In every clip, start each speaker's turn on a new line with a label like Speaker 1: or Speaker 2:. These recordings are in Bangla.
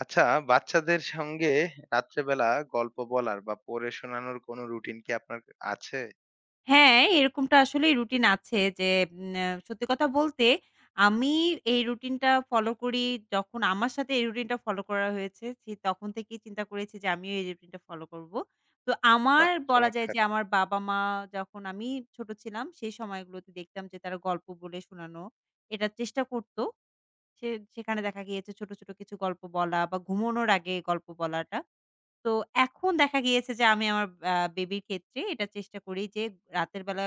Speaker 1: আচ্ছা, বাচ্চাদের সঙ্গে রাত্রেবেলা গল্প বলার বা পড়ে শোনানোর কোনো রুটিন কি আপনার আছে?
Speaker 2: হ্যাঁ, এরকমটা আসলেই রুটিন আছে যে উম আ সত্যি কথা বলতে আমি এই রুটিনটা ফলো করি। যখন আমার সাথে এই রুটিনটা ফলো করা হয়েছে সে তখন থেকেই চিন্তা করেছি যে আমিও এই রুটিনটা ফলো করব। তো আমার
Speaker 1: বাহ!
Speaker 2: বলা যায়
Speaker 1: চমৎকার!
Speaker 2: যে আমার বাবা-মা, যখন আমি ছোট ছিলাম সেই সময়গুলোতে দেখতাম যে তারা গল্প বলে শোনানো এটার চেষ্টা করত। সে সেখানে দেখা গিয়েছে ছোট, ছোট কিছু গল্প বলা বা ঘুমানোর আগে গল্প বলাটা। তো এখন দেখা গিয়েছে যে আমি আমার বেবির ক্ষেত্রে এটা চেষ্টা করি যে রাতের বেলা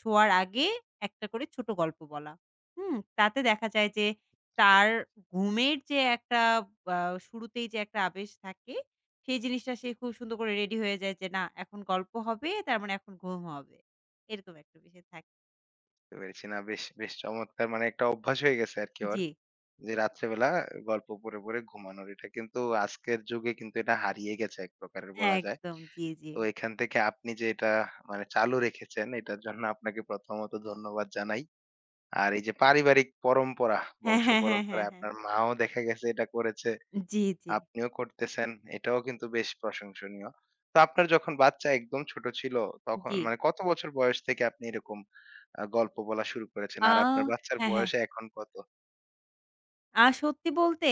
Speaker 2: শোয়ার আগে একটা করে ছোট গল্প বলা। হুম? তাতে দেখা যায় যে তার ঘুমের যে একটা আ শুরুতেই যে একটা আবেশ থাকে, সেই জিনিসটা সে খুব সুন্দর করে রেডি হয়ে যায় যে না এখন গল্প হবে, তার মানে এখন ঘুম হবে। এরকম একটা বিষয় থাকে।
Speaker 1: বুঝতে পেরেছি। না বেশ, বেশ চমৎকার মানে একটা অভ্যাস হয়ে গেছে আরকি ওর।
Speaker 2: জি,
Speaker 1: যে রাত্রেবেলা গল্প পড়ে, পড়ে ঘুমানোর। এটা কিন্তু আজকের যুগে কিন্তু এটা হারিয়ে গেছে এক প্রকারের বলা যায়।
Speaker 2: একদম। জি, জি।
Speaker 1: তো এখান থেকে আপনি যে এটা মানে চালু রেখেছেন এটার জন্য আপনাকে প্রথমত ধন্যবাদ জানাই। আর এই যে পারিবারিক পরম্পরা,
Speaker 2: হ্যাঁ,
Speaker 1: বংশ
Speaker 2: হ্যাঁ, হ্যাঁ, হ্যাঁ,
Speaker 1: পরম্পরায়
Speaker 2: হ্যাঁ।
Speaker 1: আপনার মাও দেখা গেছে এটা করেছে।
Speaker 2: জি, জি,
Speaker 1: আপনিও করতেছেন। এটাও কিন্তু বেশ প্রশংসনীয়। তো আপনার যখন বাচ্চা একদম ছোট ছিল, তখন
Speaker 2: জি।
Speaker 1: মানে কত বছর বয়স থেকে আপনি এরকম গল্প বলা শুরু করেছেন?
Speaker 2: আ
Speaker 1: আর আপনার বাচ্চার
Speaker 2: হ্যাঁ, হ্যাঁ।
Speaker 1: বয়স এখন কত?
Speaker 2: সত্যি বলতে,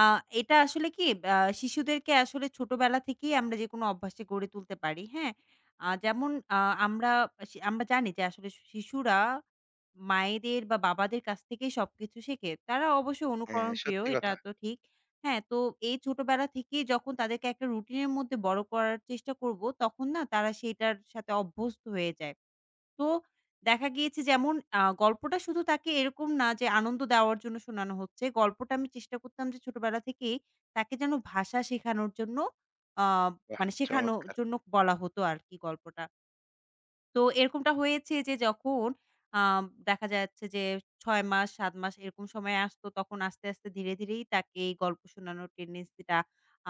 Speaker 2: আ এটা আসলে কি, আ শিশুদেরকে আসলে ছোটবেলা থেকেই আমরা যেকোনো অভ্যাসে গড়ে তুলতে পারি, হ্যাঁ? যেমন আমরা, আমরা জানি যে আসলে শিশুরা মায়েদের বা বাবাদের কাছ থেকেই সবকিছু শেখে। তারা অবশ্যই
Speaker 1: হ্যাঁ,
Speaker 2: অনুকরণ প্রিয়,
Speaker 1: সত্যি
Speaker 2: এটা
Speaker 1: কথা।
Speaker 2: তো ঠিক। হ্যাঁ, তো এই ছোটবেলা থেকেই যখন তাদেরকে একটা রুটিনের মধ্যে বড় করার চেষ্টা করব, তখন না তারা সেটার সাথে অভ্যস্ত হয়ে যায়। তো দেখা গিয়েছে যেমন, গল্পটা শুধু তাকে এরকম না যে আনন্দ দেওয়ার জন্য শোনানো হচ্ছে। গল্পটা আমি চেষ্টা করতাম যে ছোটবেলা থেকেই তাকে যেন ভাষা শেখানোর জন্য, আ
Speaker 1: বাহ!
Speaker 2: মানে শেখানোর
Speaker 1: চমৎকার।
Speaker 2: জন্য বলা হতো আরকি গল্পটা। তো এরকমটা হয়েছে যে যখন আম দেখা যাচ্ছে যে ৬ মাস ৭ মাস এরকম সময় আসতো, তখন আস্তে, আস্তে ধীরে, ধীরেই তাকে এই গল্প শোনানোর টেনডেন্সিটা,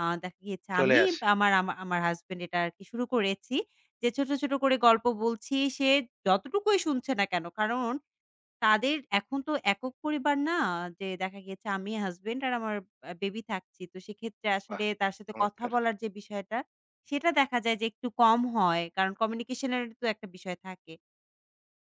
Speaker 2: দেখা গিয়েছে
Speaker 1: চলে
Speaker 2: আমি
Speaker 1: আসে।
Speaker 2: বা আমার আমার হাসব্যান্ড এটা আরকি শুরু করেছি যে ছোট, ছোট করে গল্প বলছি। সে যতটুকুই শুনছে না কেন, কারণ তাদের এখন তো একক পরিবার না, যে দেখা গিয়েছে আমি, হাসব্যান্ড আর আমার বেবি থাকছি। তো সেক্ষেত্রে
Speaker 1: বাহ!
Speaker 2: আসলে তার সাথে কথা
Speaker 1: চমৎকার।
Speaker 2: বলার যে বিষয়টা, সেটা দেখা যায় যে একটু কম হয়। কারণ কমিউনিকেশন এর তো একটা বিষয় থাকে।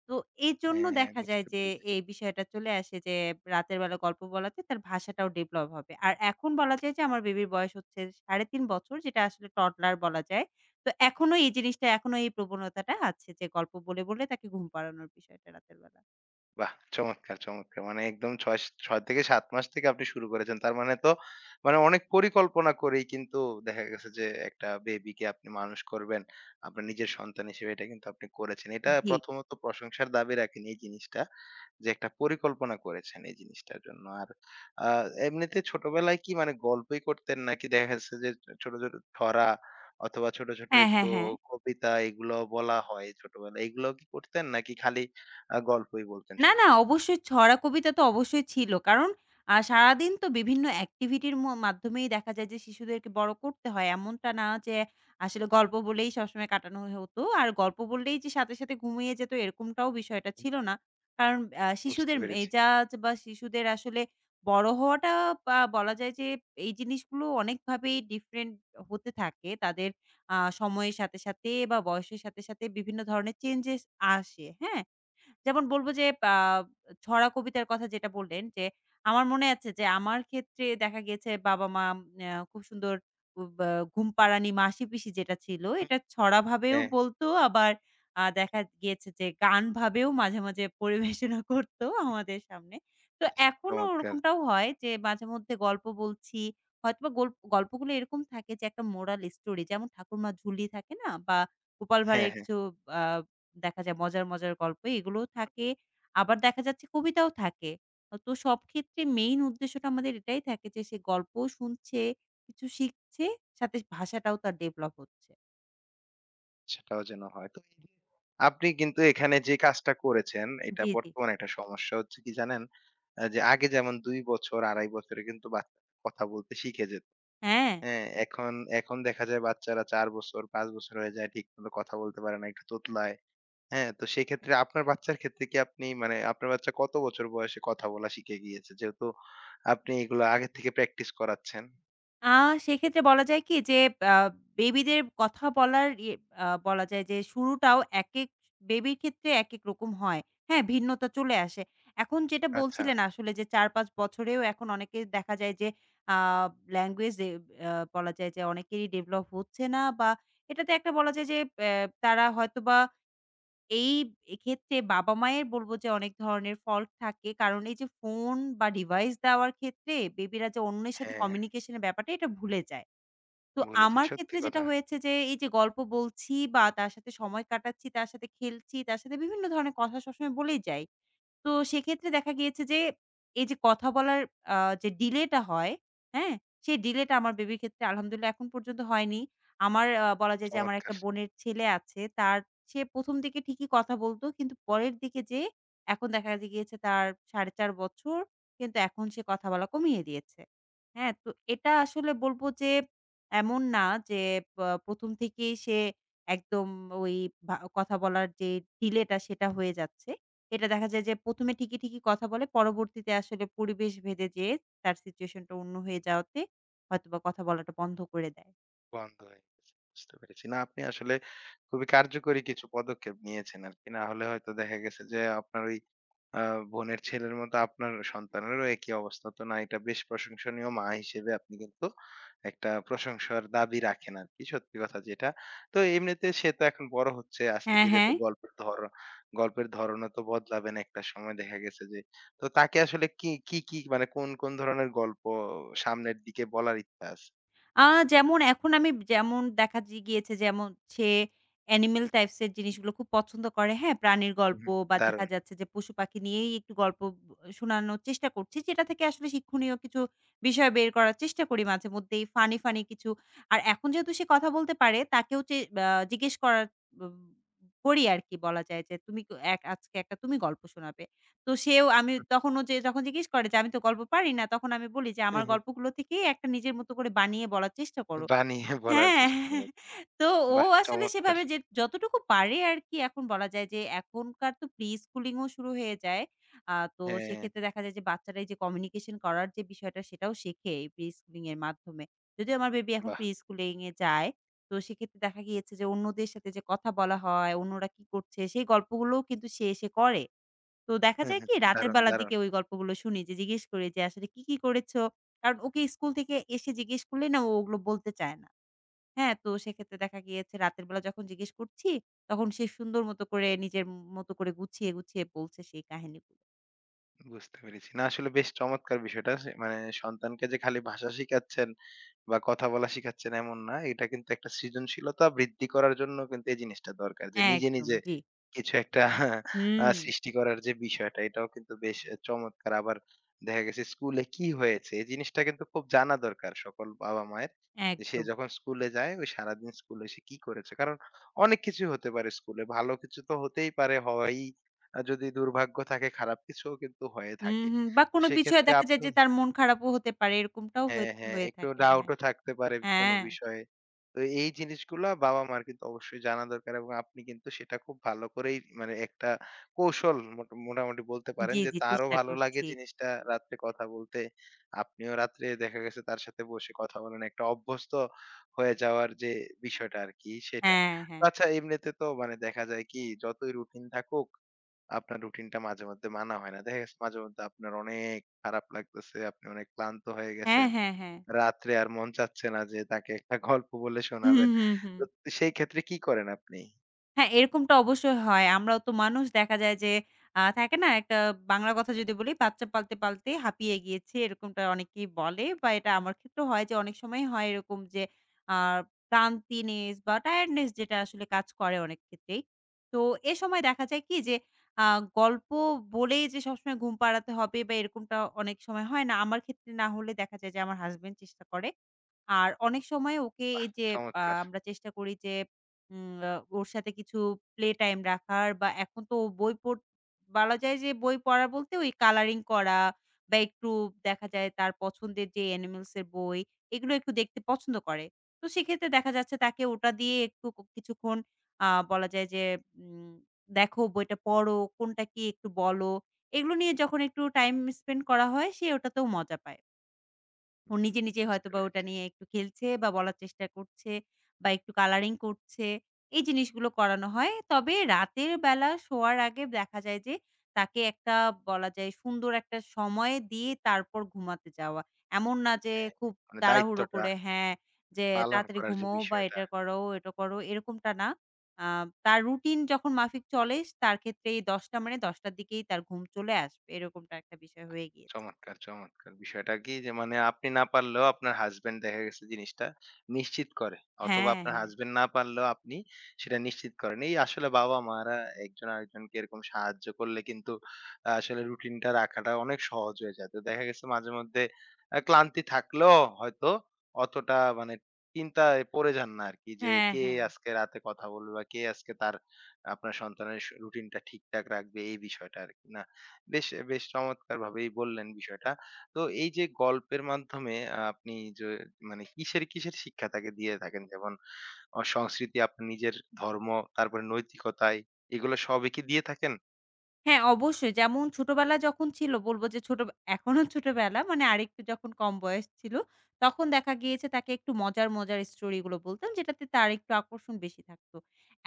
Speaker 2: তো এজন্য
Speaker 1: হ্যাঁ,
Speaker 2: দেখা যায়
Speaker 1: বুঝতে
Speaker 2: যে
Speaker 1: পেরেছি।
Speaker 2: এই বিষয়টা চলে আসে যে রাতের বেলা গল্প বলাতে তার ভাষাটাও ডেভেলপ হবে। আর এখন বলা যায় যে আমার বেবির বয়স হচ্ছে ৩.৫ বছর, যেটা আসলে টডলার বলা যায়। তো এখনো এই জিনিসটা, এখনো এই প্রবণতাটা আছে যে গল্প বলে, বলে তাকে ঘুম পাড়ানোর বিষয়টা রাতের বেলা।
Speaker 1: বাহ! চমৎকার, চমৎকার। মানে একদম ৬ থেকে ৭ মাস থেকে আপনি শুরু করেছেন। তার মানে তো মানে অনেক পরিকল্পনা করেই কিন্তু দেখা গেছে যে একটা বেবিকে আপনি মানুষ করবেন। আপনার নিজের সন্তান হিসেবে এটা কিন্তু আপনি করেছেন। এটা
Speaker 2: জি।
Speaker 1: প্রথমত প্রশংসার দাবি রাখেন এই জিনিসটা যে একটা পরিকল্পনা করেছেন এই জিনিসটার জন্য। আর আ এমনিতে ছোটবেলায় কি মানে গল্পই করতেন নাকি দেখা যাচ্ছে যে ছোট, ছোট ছড়া অথবা ছোট, ছোট
Speaker 2: হ্যাঁ, হ্যাঁ,
Speaker 1: একটু
Speaker 2: হ্যাঁ।
Speaker 1: কবিতা এগুলো বলা হয় ছোটবেলায়। এগুলো কি করতেন নাকি খালি গল্পই বলতেন
Speaker 2: না, না
Speaker 1: সবসময়?
Speaker 2: অবশ্যই ছড়া কবিতা তো অবশ্যই ছিল। কারণ সারাদিন তো বিভিন্ন অ্যাক্টিভিটির মাধ্যমেই দেখা যায় যে শিশুদেরকে বড় করতে হয়। এমনটা না যে আসলে গল্প বলেই সবসময় কাটানো হতো। আর গল্প বললেই যে সাথে, সাথে ঘুমিয়ে যেত এরকমটাও বিষয়টা ছিল না। কারণ
Speaker 1: বুঝতে
Speaker 2: শিশুদের
Speaker 1: পেরেছি।
Speaker 2: মেজাজ বা শিশুদের আসলে বড় হওয়াটা, বা বলা যায় যে এই জিনিসগুলো অনেকভাবেই ডিফারেন্ট হতে থাকে। তাদের সময়ের সাথে, সাথে বা বয়সের সাথে, সাথে বিভিন্ন ধরনের চেঞ্জেস আসে। হ্যাঁ? যেমন বলবো যে আ ছড়া কবিতার কথা যেটা বললেন যে, আমার মনে আছে যে আমার ক্ষেত্রে দেখা গিয়েছে বাবা-মা খুব সুন্দর বা ঘুমপাড়ানি মাসি-পিসি যেটা ছিল
Speaker 1: হুম,
Speaker 2: এটা ছড়া ভাবেও
Speaker 1: হ্যাঁ,
Speaker 2: বলতো, আবার দেখা গিয়েছে যে গান ভাবেও মাঝে, মাঝে পরিবেশনা করতো আমাদের সামনে। তো
Speaker 1: বেশ
Speaker 2: এখনো
Speaker 1: চমৎকার।
Speaker 2: ওরকমটাও হয় যে মাঝেমধ্যে গল্প বলছি। হয়তোবা গল্পগুলো এরকম থাকে যে একটা মোরাল স্টোরি, যেমন ঠাকুরমা ঝুলি থাকে না, বা গোপাল
Speaker 1: হ্যাঁ,
Speaker 2: ভাঁড়ের
Speaker 1: হ্যাঁ,
Speaker 2: কিছু, আ দেখা যায় মজার, মজার গল্প এগুলোও থাকে। আবার দেখা যাচ্ছে কবিতাও থাকে। তো সব ক্ষেত্রে মেইন উদ্দেশ্যটা আমাদের এটাই থাকে যে সে গল্পও শুনছে, কিছু শিখছে, সাথে ভাষাটাও তার ডেভেলপ হচ্ছে।
Speaker 1: সেটাও যেন হয়। তো এই যে আপনি কিন্তু এখানে যে কাজটা করেছেন, এটা
Speaker 2: জি, জি।
Speaker 1: বর্তমানে একটা সমস্যা হচ্ছে কি জানেন? যে আগে যেমন ২ বছর, ২.৫ বছরে কিন্তু বাচ্চা কথা বলতে শিখে যেত।
Speaker 2: হ্যাঁ।
Speaker 1: হ্যাঁ? এখন এখন দেখা যায় বাচ্চারা ৪ বছর, ৫ বছর হয়ে যায়, ঠিকমতো কথা বলতে পারে না, একটু তোতলায়। হ্যাঁ? তো সেক্ষেত্রে আপনার বাচ্চার ক্ষেত্রে কি আপনি মানে আপনার বাচ্চা কত বছর বয়সে কথা বলা শিখে গিয়েছে? যেহেতু আপনি এগুলো আগে থেকে প্র্যাকটিস করাচ্ছেন।
Speaker 2: আ সেক্ষেত্রে বলা যায় কি যে আ বেবিদের কথা বলার ইয়ে, বলা যায় যে শুরুটাও একেক বেবির ক্ষেত্রে একেক রকম হয়। হ্যাঁ, ভিন্নতা চলে আসে। এখন যেটা
Speaker 1: আচ্ছা,
Speaker 2: বলছিলেন আসলে যে ৪-৫ বছরেও এখন অনেকে দেখা যায় যে আ ল্যাঙ্গুয়েজ এ, বলা যায় যে অনেকেরই ডেভেলপ হচ্ছে না, বা এটাতে একটা বলা যায় যে তারা হয়তোবা, এই এক্ষেত্রে বাবা-মায়ের বলব যে অনেক ধরনের ফল্ট থাকে। কারণ এই যে ফোন বা ডিভাইস দেওয়ার ক্ষেত্রে বেবিরা যে অন্যের সাথে
Speaker 1: হ্যাঁ।
Speaker 2: কমিউনিকেশন এর ব্যাপারটা, এটা ভুলে যায়। তো
Speaker 1: ভুলে যাই।
Speaker 2: আমার
Speaker 1: সত্যি
Speaker 2: ক্ষেত্রে যেটা
Speaker 1: কথা।
Speaker 2: হয়েছে, যে এই যে গল্প বলছি বা তার সাথে সময় কাটাচ্ছি, তার সাথে খেলছি, তার সাথে বিভিন্ন ধরনের কথা সবসময় বলেই যাই। তো সেক্ষেত্রে দেখা গিয়েছে যে এই যে কথা বলার আ যে ডিলেটা হয়, হ্যাঁ? সেই ডিলেটা আমার বেবির ক্ষেত্রে আলহামদুলিল্লাহ এখন পর্যন্ত হয়নি। আমার, বলা যায় যে আমার একটা
Speaker 1: চমৎকার!
Speaker 2: বোনের ছেলে আছে। সে ১ম দিকে ঠিকই কথা বলত। কিন্তু পরের দিকে যেয়ে এখন দেখা যে গিয়েছে তার ৪.৫ বছর। কিন্তু এখন সে কথা বলা কমিয়ে দিয়েছে। হ্যাঁ? তো এটা আসলে বলব যে এমন না যে প ১ম থেকেই সে একদম ওই কথা বলার যে ডিলেটা, সেটা হয়ে যাচ্ছে। এটা দেখা যায় যে ১ম এ ঠিকই, ঠিকই কথা বলে। পরবর্তীতে আসলে পরিবেশ ভেদে যেয়ে তার সিচুয়েশনটা অন্য হয়ে যাওয়াতে হয়তোবা কথা বলাটা বন্ধ করে দেয়।
Speaker 1: বন্ধ হয়ে গেছে। বুঝতে পেরেছি। না আপনি আসলে খুবই কার্যকরী কিছু পদক্ষেপ নিয়েছেন আরকি। না হলে হয়তো দেখা গেছে যে আপনার ওই আ বোনের ছেলের মতো আপনার সন্তানেরও একই অবস্থা। তো না এটা বেশ প্রশংসনীয় মা হিসেবে আপনি কিন্তু একটা প্রশংসার দাবি রাখেন আরকি। সত্যি কথা যেটা। তো এমনিতে সে তো এখন বড় হচ্ছে। আস্তে
Speaker 2: হ্যাঁ,
Speaker 1: ধীরে তো
Speaker 2: হ্যাঁ।
Speaker 1: গল্পের ধরনও তো বদলাবেন একটা সময় দেখা গেছে যে। তো তাকে আসলে কি মানে কোন, কোন ধরনের গল্প সামনের দিকে বলার ইচ্ছা আছে?
Speaker 2: আ যেমন এখন আমি, যেমন দেখা যে গিয়েছে, যেমন সে অ্যানিমেল টাইপস এর জিনিসগুলো খুব পছন্দ করে, হ্যাঁ? প্রাণীর
Speaker 1: হু,
Speaker 2: গল্প
Speaker 1: হু,
Speaker 2: বা দেখা
Speaker 1: দারুণ।
Speaker 2: যাচ্ছে যে পশুপাখি নিয়েই একটু গল্প শোনানোর চেষ্টা করছি। যেটা থেকে আসলে শিক্ষণীয় কিছু বিষয় বের করার চেষ্টা করি, মাঝেমধ্যেই ফানি, ফানি কিছু। আর এখন যেহেতু সে কথা বলতে পারে, তাকেও চে আ জিজ্ঞেস করার ব করি আরকি, বলা যায় যে, "তুমি ক এক আজকে একটা তুমি গল্প শোনাবে।" তো সেও, আমি তখন, ও যে যখন জিজ্ঞেস করে যে, "আমি তো গল্প পারি না।" তখন আমি বলি যে,
Speaker 1: হু,
Speaker 2: "আমার
Speaker 1: হু,
Speaker 2: গল্পগুলো থেকেই একটা নিজের মতো করে বানিয়ে বলার চেষ্টা করো।"
Speaker 1: বানিয়ে বলার
Speaker 2: হ্যাঁ।
Speaker 1: চেষ্টা করেন।
Speaker 2: তো ও
Speaker 1: বাহ!
Speaker 2: আসলে
Speaker 1: চমৎকার।
Speaker 2: সেভাবে যে যতটুকু পারে আরকি। এখন বলা যায় যে এখনকার তো প্রি স্কুলিং ও শুরু হয়ে যায়। তো
Speaker 1: হ্যাঁ,
Speaker 2: সেক্ষেত্রে দেখা যায় যে বাচ্চারা এই যে কমিউনিকেশন করার যে বিষয়টা, সেটাও শেখে এই প্রি স্কুলিং এর মাধ্যমে। যদিও আমার বেবি এখন
Speaker 1: বাহ!
Speaker 2: প্রি স্কুলিং এ যায়। তো সেক্ষেত্রে দেখা গিয়েছে যে অন্যদের সাথে যে কথা বলা হয়, অন্যরা কি করছে সেই গল্পগুলোও কিন্তু সে এসে করে। তো দেখা
Speaker 1: হু,
Speaker 2: যায়
Speaker 1: হু,
Speaker 2: কি রাতের
Speaker 1: দারুণ,
Speaker 2: বেলার
Speaker 1: দারুণ।
Speaker 2: দিকে ওই গল্পগুলো শুনি, যে জিজ্ঞেস করি যে, "আসলে কি, কি করেছো?" কারণ ওকে স্কুল থেকে এসে জিজ্ঞেস করলেই না, ও ওগুলো বলতে চায় না। হ্যাঁ? তো সেক্ষেত্রে দেখা গিয়েছে রাতের বেলা যখন জিজ্ঞেস করছি, তখন সে সুন্দর মতো করে নিজের মতো করে গুছিয়ে, গুছিয়ে বলছে সেই কাহিনীগুলো।
Speaker 1: বুঝতে পেরেছি। না আসলে বেশ চমৎকার বিষয়টা। সে মানে সন্তানকে যে খালি ভাষা শিখাচ্ছেন, বা কথা বলা শিখাচ্ছেন এমন না। এটা কিন্তু একটা সৃজনশীলতা বৃদ্ধি করার জন্য কিন্তু এই জিনিসটা দরকার। যে নিজে,
Speaker 2: একদম,
Speaker 1: নিজে
Speaker 2: জি।
Speaker 1: কিছু একটা
Speaker 2: হুম,
Speaker 1: সৃষ্টি করার যে বিষয়টা এটাও কিন্তু বেশ চমৎকার। আবার দেখা গেছে স্কুলে কি হয়েছে? এই জিনিসটা কিন্তু খুব জানা দরকার সকল বাবা-মায়ের। যে সে
Speaker 2: একদম।
Speaker 1: যখন স্কুলে যায় ওই সারাদিন স্কুলে সে কি করেছে? কারণ অনেক কিছু হতে পারে স্কুলে। ভালো কিছু তো হতেই পারে হয়ই। যদি দুর্ভাগ্য থাকে খারাপ কিছুও কিন্তু হয়ে
Speaker 2: হুম,
Speaker 1: থাকে।
Speaker 2: হুম। বা
Speaker 1: তো
Speaker 2: কোনো বিষয়ে
Speaker 1: সেক্ষেত্রে
Speaker 2: দেখা যায়
Speaker 1: আপনি
Speaker 2: যে তার মন খারাপও হতে পারে, এরকমটাও হয়ে
Speaker 1: হ্যাঁ, হ্যাঁ,
Speaker 2: হয়ে
Speaker 1: একটু
Speaker 2: থাকে।
Speaker 1: ডাউট
Speaker 2: হ্যাঁ,
Speaker 1: ও থাকতে পারে কোনো
Speaker 2: হ্যাঁ।
Speaker 1: বিষয়ে। তো এই জিনিসগুলা বাবা-মার কিন্তু অবশ্যই জানা দরকার এবং আপনি কিন্তু সেটা খুব ভালো করেই মানে একটা কৌশল মোটামুটি বলতে পারেন
Speaker 2: জি,
Speaker 1: যে
Speaker 2: জি,
Speaker 1: তারও
Speaker 2: চেষ্টা
Speaker 1: ভালো লাগে
Speaker 2: করছি।
Speaker 1: জিনিসটা রাত্রে কথা বলতে। আপনিও রাত্রে দেখা গেছে তার সাথে বসে কথা বলেন। একটা অভ্যস্ত হয়ে যাওয়ার যে বিষয়টা আরকি সেটা।
Speaker 2: হ্যাঁ, হ্যাঁ।
Speaker 1: তো আচ্ছা এমনিতে তো মানে দেখা যায় কি যতই রুটিন থাকুক, আপনার রুটিনটা মাঝে মধ্যে মানা হয় না। দেখা গেছে মাঝে মধ্যে আপনার অনেক খারাপ লাগতেছে, আপনি অনেক ক্লান্ত হয়ে
Speaker 2: হ্যাঁ,
Speaker 1: গেছেন।
Speaker 2: হ্যাঁ, হ্যাঁ।
Speaker 1: রাত্রে আর মন চাচ্ছে না যে তাকে একটা গল্প বলে
Speaker 2: হুম,
Speaker 1: শোনাবেন।
Speaker 2: হুম, হুম।
Speaker 1: তো সেই ক্ষেত্রে কি করেন আপনি?
Speaker 2: হ্যাঁ, এরকমটা অবশ্যই হয়। আমরাও তো মানুষ, দেখা যায় যে থাকে না একটা বাংলা কথা যদি বলি, বাচ্চা পালতে, পালতে হাঁপিয়ে গিয়েছি। এরকমটা অনেকেই বলে, বা এটা আমার ক্ষেত্রেও হয় যে অনেক সময় হয় এরকম যে আ ক্লান্তিনেস বা টায়ার্ডনেস যেটা আসলে কাজ করে অনেক ক্ষেত্রেই। তো এ সময় দেখা যায় কি যে, আ গল্প বলেই যে সবসময় ঘুম পাড়াতে হবে বা এরকমটা অনেক সময় হয় না। আমার ক্ষেত্রে না হলে দেখা যায় যে আমার হাসব্যান্ড চেষ্টা করে। আর অনেক সময় ওকে
Speaker 1: বাহ!
Speaker 2: এই যে,
Speaker 1: চমৎকার!
Speaker 2: আমরা চেষ্টা করি যে উম আ ওর সাথে কিছু প্লে টাইম রাখার, বা এখন তো ও বই বলা যায় যে বই পড়া বলতে ওই কালারিং করা, বা একটু দেখা যায় তার পছন্দের যে অ্যানিমেলস এর বই, এগুলো একটু দেখতে পছন্দ করে। তো সেক্ষেত্রে দেখা যাচ্ছে তাকে ওটা দিয়ে একটু কিছুক্ষণ বলা যায় যে উম দেখো বইটা পড়ো, কোনটা কি একটু বলো। এগুলো নিয়ে যখন একটু টাইম স্পেন্ড করা হয় সে ওটাতেও মজা পায়। ও
Speaker 1: হুম,
Speaker 2: নিজে, নিজে
Speaker 1: বুঝতে
Speaker 2: হয়তোবা ওটা
Speaker 1: পেরেছি।
Speaker 2: নিয়ে একটু খেলছে বা বলার চেষ্টা করছে, বা একটু কালারিং করছে। এই জিনিসগুলো করানো হয়। তবে রাতের বেলা শোয়ার আগে দেখা যায় যে তাকে একটা বলা যায় সুন্দর একটা সময় দিয়ে তারপর ঘুমাতে যাওয়া। এমন না যে
Speaker 1: হ্যাঁ,
Speaker 2: খুব
Speaker 1: মানে
Speaker 2: তাড়াহুড়ো
Speaker 1: দায়িত্বটা
Speaker 2: করে, হ্যাঁ, যে
Speaker 1: পালন
Speaker 2: তাড়াতাড়ি
Speaker 1: করার যে
Speaker 2: ঘুমোও বা
Speaker 1: বিষয়টা।
Speaker 2: এটা করো, ওটা করো, এরকমটা না। আ তার রুটিন যখন মাফিক চলে, তার ক্ষেত্রে এই ১০ টা, মানে ১০ টার দিকেই তার ঘুম চলে আসবে। এরকমটা একটা বিষয় হয়ে গিয়েছে।
Speaker 1: চমৎকার, চমৎকার। বিষয়টা কি যে মানে আপনি না পারলেও আপনার হাসব্যান্ড দেখা গেছে জিনিসটা নিশ্চিত করে। অথবা
Speaker 2: হ্যাঁ,
Speaker 1: আপনার
Speaker 2: হ্যাঁ।
Speaker 1: হাসব্যান্ড না পারলেও আপনি সেটা নিশ্চিত করেন। এই আসলে বাবা-মারা একজন আরেকজনকে এরকম সাহায্য করলে কিন্তু আসলে রুটিনটা রাখাটা অনেক সহজ হয়ে যায়। তো দেখা গেছে মাঝে মধ্যে ক্লান্তি থাকলেও হয়তো অতটা মানে চিন্তায় পড়ে যান না আরকি যে
Speaker 2: হ্যাঁ,
Speaker 1: কে
Speaker 2: হ্যাঁ।
Speaker 1: আজকে রাতে কথা বলবে বা কে আজকে তার আপনার সন্তানের রুটিনটা ঠিকঠাক রাখবে এই বিষয়টা আরকি না? বেশ, বেশ চমৎকারভাবেই বললেন বিষয়টা। তো এই যে গল্পের মাধ্যমে আপনি যে মানে কিসের, কিসের শিক্ষা তাকে দিয়ে থাকেন? যেমন সংস্কৃতি, আপনার নিজের ধর্ম, তারপরে নৈতিকতায় এগুলো সবই কি দিয়ে থাকেন?
Speaker 2: হ্যাঁ, অবশ্যই। যেমন ছোটবেলা যখন ছিল, বলব যে ছোট, এখনো ছোটবেলা মানে আরেকটু যখন কম বয়স ছিল, তখন দেখা গিয়েছে তাকে একটু মজার, মজার স্টোরি গুলো বলতাম, যেটাতে তার একটু আকর্ষণ বেশি থাকতো।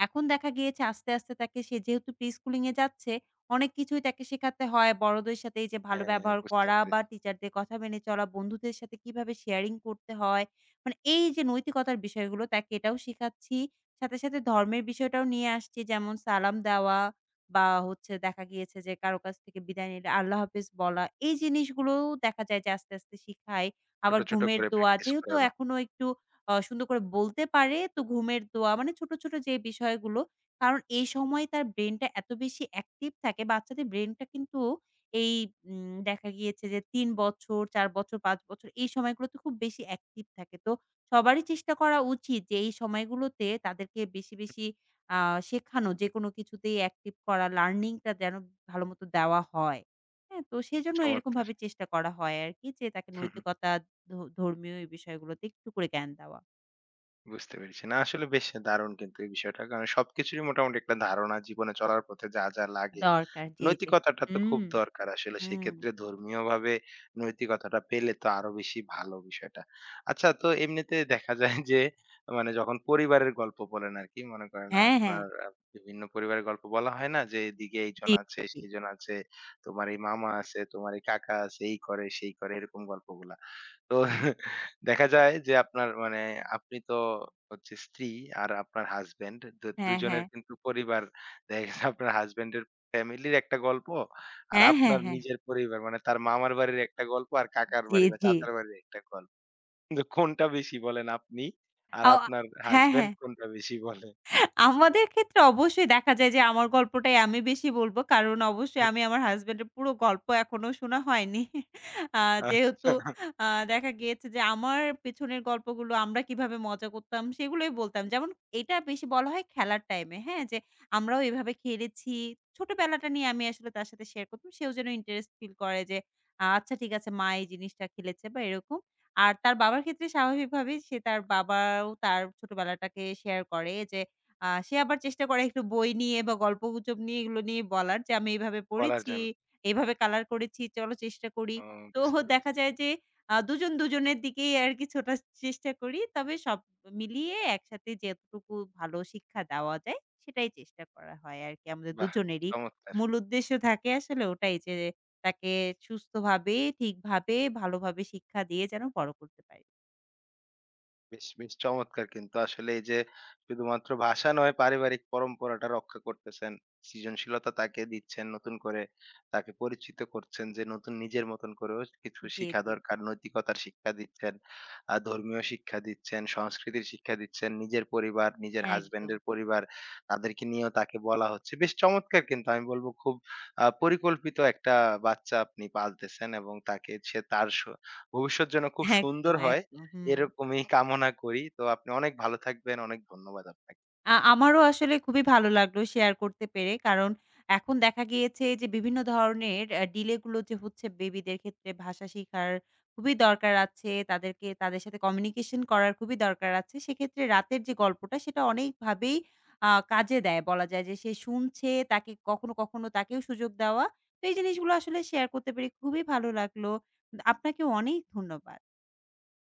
Speaker 2: এখন দেখা গিয়েছে আস্তে, আস্তে তাকে, সে যেহেতু প্রি-স্কুলিং এ যাচ্ছে, অনেক কিছুই তাকে শেখাতে হয়। বড়দের সাথে এই যে ভালো
Speaker 1: হ্যাঁ,
Speaker 2: ব্যবহার
Speaker 1: বুঝতে
Speaker 2: করা বা
Speaker 1: পেরেছি।
Speaker 2: টিচারদের কথা মেনে চলা, বন্ধুদের সাথে কিভাবে শেয়ারিং করতে হয়। মানে এই যে নৈতিকতার বিষয়গুলো তাকে এটাও শিখাচ্ছি। সাথে, সাথে ধর্মের বিষয়টাও নিয়ে আসছি, যেমন সালাম দেওয়া বা হচ্ছে দেখা গিয়েছে যে কারো কাছ থেকে বিদায় নিলে আল্লাহ হাফেজ বলা। এই জিনিসগুলোও দেখা যায় যে আস্তে, আস্তে শিখাই।
Speaker 1: ছোট,
Speaker 2: আবার
Speaker 1: ছোট
Speaker 2: ঘুমের
Speaker 1: করে
Speaker 2: দোয়া
Speaker 1: প্র্যাকটিস
Speaker 2: যেহেতু
Speaker 1: করানো।
Speaker 2: এখনো একটু সুন্দর করে বলতে পারে তো ঘুমের দোয়া মানে ছোট, ছোট যে বিষয়গুলো। কারণ এই সময় তার ব্রেইনটা এত বেশি অ্যাক্টিভ থাকে, বাচ্চাদের ব্রেইনটা কিন্তু এই দেখা গিয়েছে যে ৩ বছর, ৪ বছর, ৫ বছর এই সময়গুলোতে খুব বেশি অ্যাক্টিভ থাকে। তো সবারই চেষ্টা করা উচিত যে এই সময়গুলোতে তাদেরকে বেশি, বেশি আ শেখানো, যেকোনো কিছুতেই অ্যাক্টিভ করা, লার্নিংটা যেন ভালোমতো দেওয়া হয়। হ্যাঁ? তো সেজন্য
Speaker 1: চমৎকার।
Speaker 2: এরকমভাবে চেষ্টা করা হয় আরকি যে তাকে
Speaker 1: হুম, হুম,
Speaker 2: নৈতিকতা, ধ ধর্মীয় এই বিষয়গুলোতে একটু করে জ্ঞান দেওয়া
Speaker 1: বুঝতে পেরেছি। না আসলে বেশ দারুণ কিন্তু এই বিষয়টা। কারণ সবকিছুরই মোটামুটি একটা ধারণা জীবনে চলার পথে যা, যা লাগে
Speaker 2: দরকার। জি, জি।
Speaker 1: নৈতিকতাটা তো খুব
Speaker 2: হুম,
Speaker 1: দরকার আসলে
Speaker 2: হুম।
Speaker 1: সেক্ষেত্রে ধর্মীয়ভাবে নৈতিকতাটা পেলে তো আরো বেশি ভালো বিষয়টা। আচ্ছা তো এমনিতে দেখা যায় যে মানে যখন পরিবারের গল্প বলেন আরকি মনে করেন
Speaker 2: হ্যাঁ, হ্যাঁ।
Speaker 1: আপনার বিভিন্ন পরিবারের গল্প বলা হয় না? যে এদিকে এইজন
Speaker 2: জি,
Speaker 1: আছে,
Speaker 2: জি।
Speaker 1: সেইজন আছে, তোমার এই মামা আছে, তোমার এই কাকা আছে, এই করে সেই করে এরকম গল্পগুলা। তো দেখা যায় যে আপনার মানে আপনি তো হচ্ছে স্ত্রী আর আপনার হাসব্যান্ড
Speaker 2: হ্যাঁ, হ্যাঁ।
Speaker 1: দুজনের কিন্তু পরিবার দেখা গেছে আপনার হাসব্যান্ড এর ফ্যামিলির একটা গল্প, আর
Speaker 2: হ্যাঁ, হ্যাঁ,
Speaker 1: আপনার
Speaker 2: হ্যাঁ।
Speaker 1: নিজের পরিবার মানে তার মামার বাড়ির একটা গল্প, আর কাকার
Speaker 2: জি,
Speaker 1: বাড়ি বা
Speaker 2: জি।
Speaker 1: চাচার বাড়ির একটা গল্প। কিন্তু কোনটা বেশি বলেন আপনি আর
Speaker 2: আও আ
Speaker 1: আপনার
Speaker 2: হ্যাঁ,
Speaker 1: হাসব্যান্ড
Speaker 2: হ্যাঁ।
Speaker 1: কোনটা বেশি বলে?
Speaker 2: আমাদের ক্ষেত্রে অবশ্যই দেখা যায় যে আমার গল্পটাই আমি বেশি বলব। কারণ অবশ্যই আমি আমার হাসব্যান্ডের পুরো গল্প এখনো শোনা হয়নি। আ যেহেতু
Speaker 1: আচ্ছা
Speaker 2: আ দেখা গিয়েছে যে আমার পেছনের গল্পগুলো আমরা কিভাবে মজা করতাম সেগুলোই বলতাম। যেমন এটা বেশি বলা হয় খেলার টাইমে, হ্যাঁ? যে আমরাও এভাবে খেলেছি। ছোটবেলাটা নিয়ে আমি আসলে তার সাথে শেয়ার করতাম। সেও যেন ইন্টারেস্ট ফিল করে যে, আচ্ছা ঠিক আছে মা এই জিনিসটা খেলেছে বা এরকম। আর তার বাবার ক্ষেত্রে স্বাভাবিকভাবেই সে, তার বাবাও তার ছোটবেলাটাকে শেয়ার করে যে, সে আবার চেষ্টা করে একটু বই নিয়ে বা গল্পগুজব নিয়ে, এগুলো নিয়ে বলার, যে, "আমি এভাবে
Speaker 1: বলার
Speaker 2: পড়েছি,
Speaker 1: জন্য।
Speaker 2: এভাবে কালার করেছি, চলো চেষ্টা করি।"
Speaker 1: ও
Speaker 2: তো
Speaker 1: বুঝতে
Speaker 2: দেখা
Speaker 1: পেরেছি।
Speaker 2: যায় যে দুজন দুজনের দিকেই আরকি ছোটার চেষ্টা করি। তবে সব মিলিয়ে একসাথে যতটুকু ভালো শিক্ষা দেওয়া যায়, সেটাই চেষ্টা করা হয় আরকি আমাদের
Speaker 1: বাহ!
Speaker 2: দুজনেরই।
Speaker 1: চমৎকার।
Speaker 2: মূল উদ্দেশ্য থাকে আসলে ওটাই যে তাকে সুস্থভাবে, ঠিকভাবে, ভালোভাবে শিক্ষা দিয়ে যেন বড় করতে পারি।
Speaker 1: বেশ, বেশ চমৎকার কিন্তু। আসলে এই যে শুধুমাত্র ভাষা নয়, পারিবারিক পরম্পরাটা রক্ষা করতেছেন। সৃজনশীলতা তাকে দিচ্ছেন, নতুন করে তাকে পরিচিত করছেন যে নতুন নিজের মতন করেও কিছু
Speaker 2: জি,
Speaker 1: শিখা
Speaker 2: জি।
Speaker 1: দরকার। নৈতিকতার শিক্ষা দিচ্ছেন, ধর্মীয় শিক্ষা দিচ্ছেন, সংস্কৃতির শিক্ষা দিচ্ছেন। নিজের পরিবার, নিজের
Speaker 2: একদম।
Speaker 1: হাসব্যান্ডের পরিবার তাদেরকে নিয়েও তাকে বলা হচ্ছে। বেশ চমৎকার কিন্তু আমি বলব খুব পরিকল্পিত একটা বাচ্চা আপনি পালতেছেন এবং তাকে সে তার ভবিষ্যৎ যেন খুব
Speaker 2: একদম,
Speaker 1: সুন্দর
Speaker 2: একদম,
Speaker 1: হয়
Speaker 2: একদম। হুম।
Speaker 1: এরকমই কামনা করি। তো আপনি অনেক ভালো থাকবেন। অনেক ধন্যবাদ আপনাকে।
Speaker 2: আমারও আসলে খুবই ভালো লাগলো শেয়ার করতে পেরে। কারণ এখন দেখা গিয়েছে যে বিভিন্ন ধরনের ডিলে গুলো যে হচ্ছে বেবিদের ক্ষেত্রে, ভাষা শিখার খুবই দরকার আছে। তাদেরকে, তাদের সাথে কমিউনিকেশন করার খুবই দরকার আছে। সেক্ষেত্রে রাতের যে গল্পটা সেটা অনেকভাবেই কাজে দেয়। বলা যায় যে সে শুনছে, তাকে কখনো, কখনো তাকেও সুযোগ দেওয়া। তো এই জিনিসগুলো আসলে শেয়ার করতে পেরে খুবই ভালো লাগলো। আপনাকে অনেক ধন্যবাদ।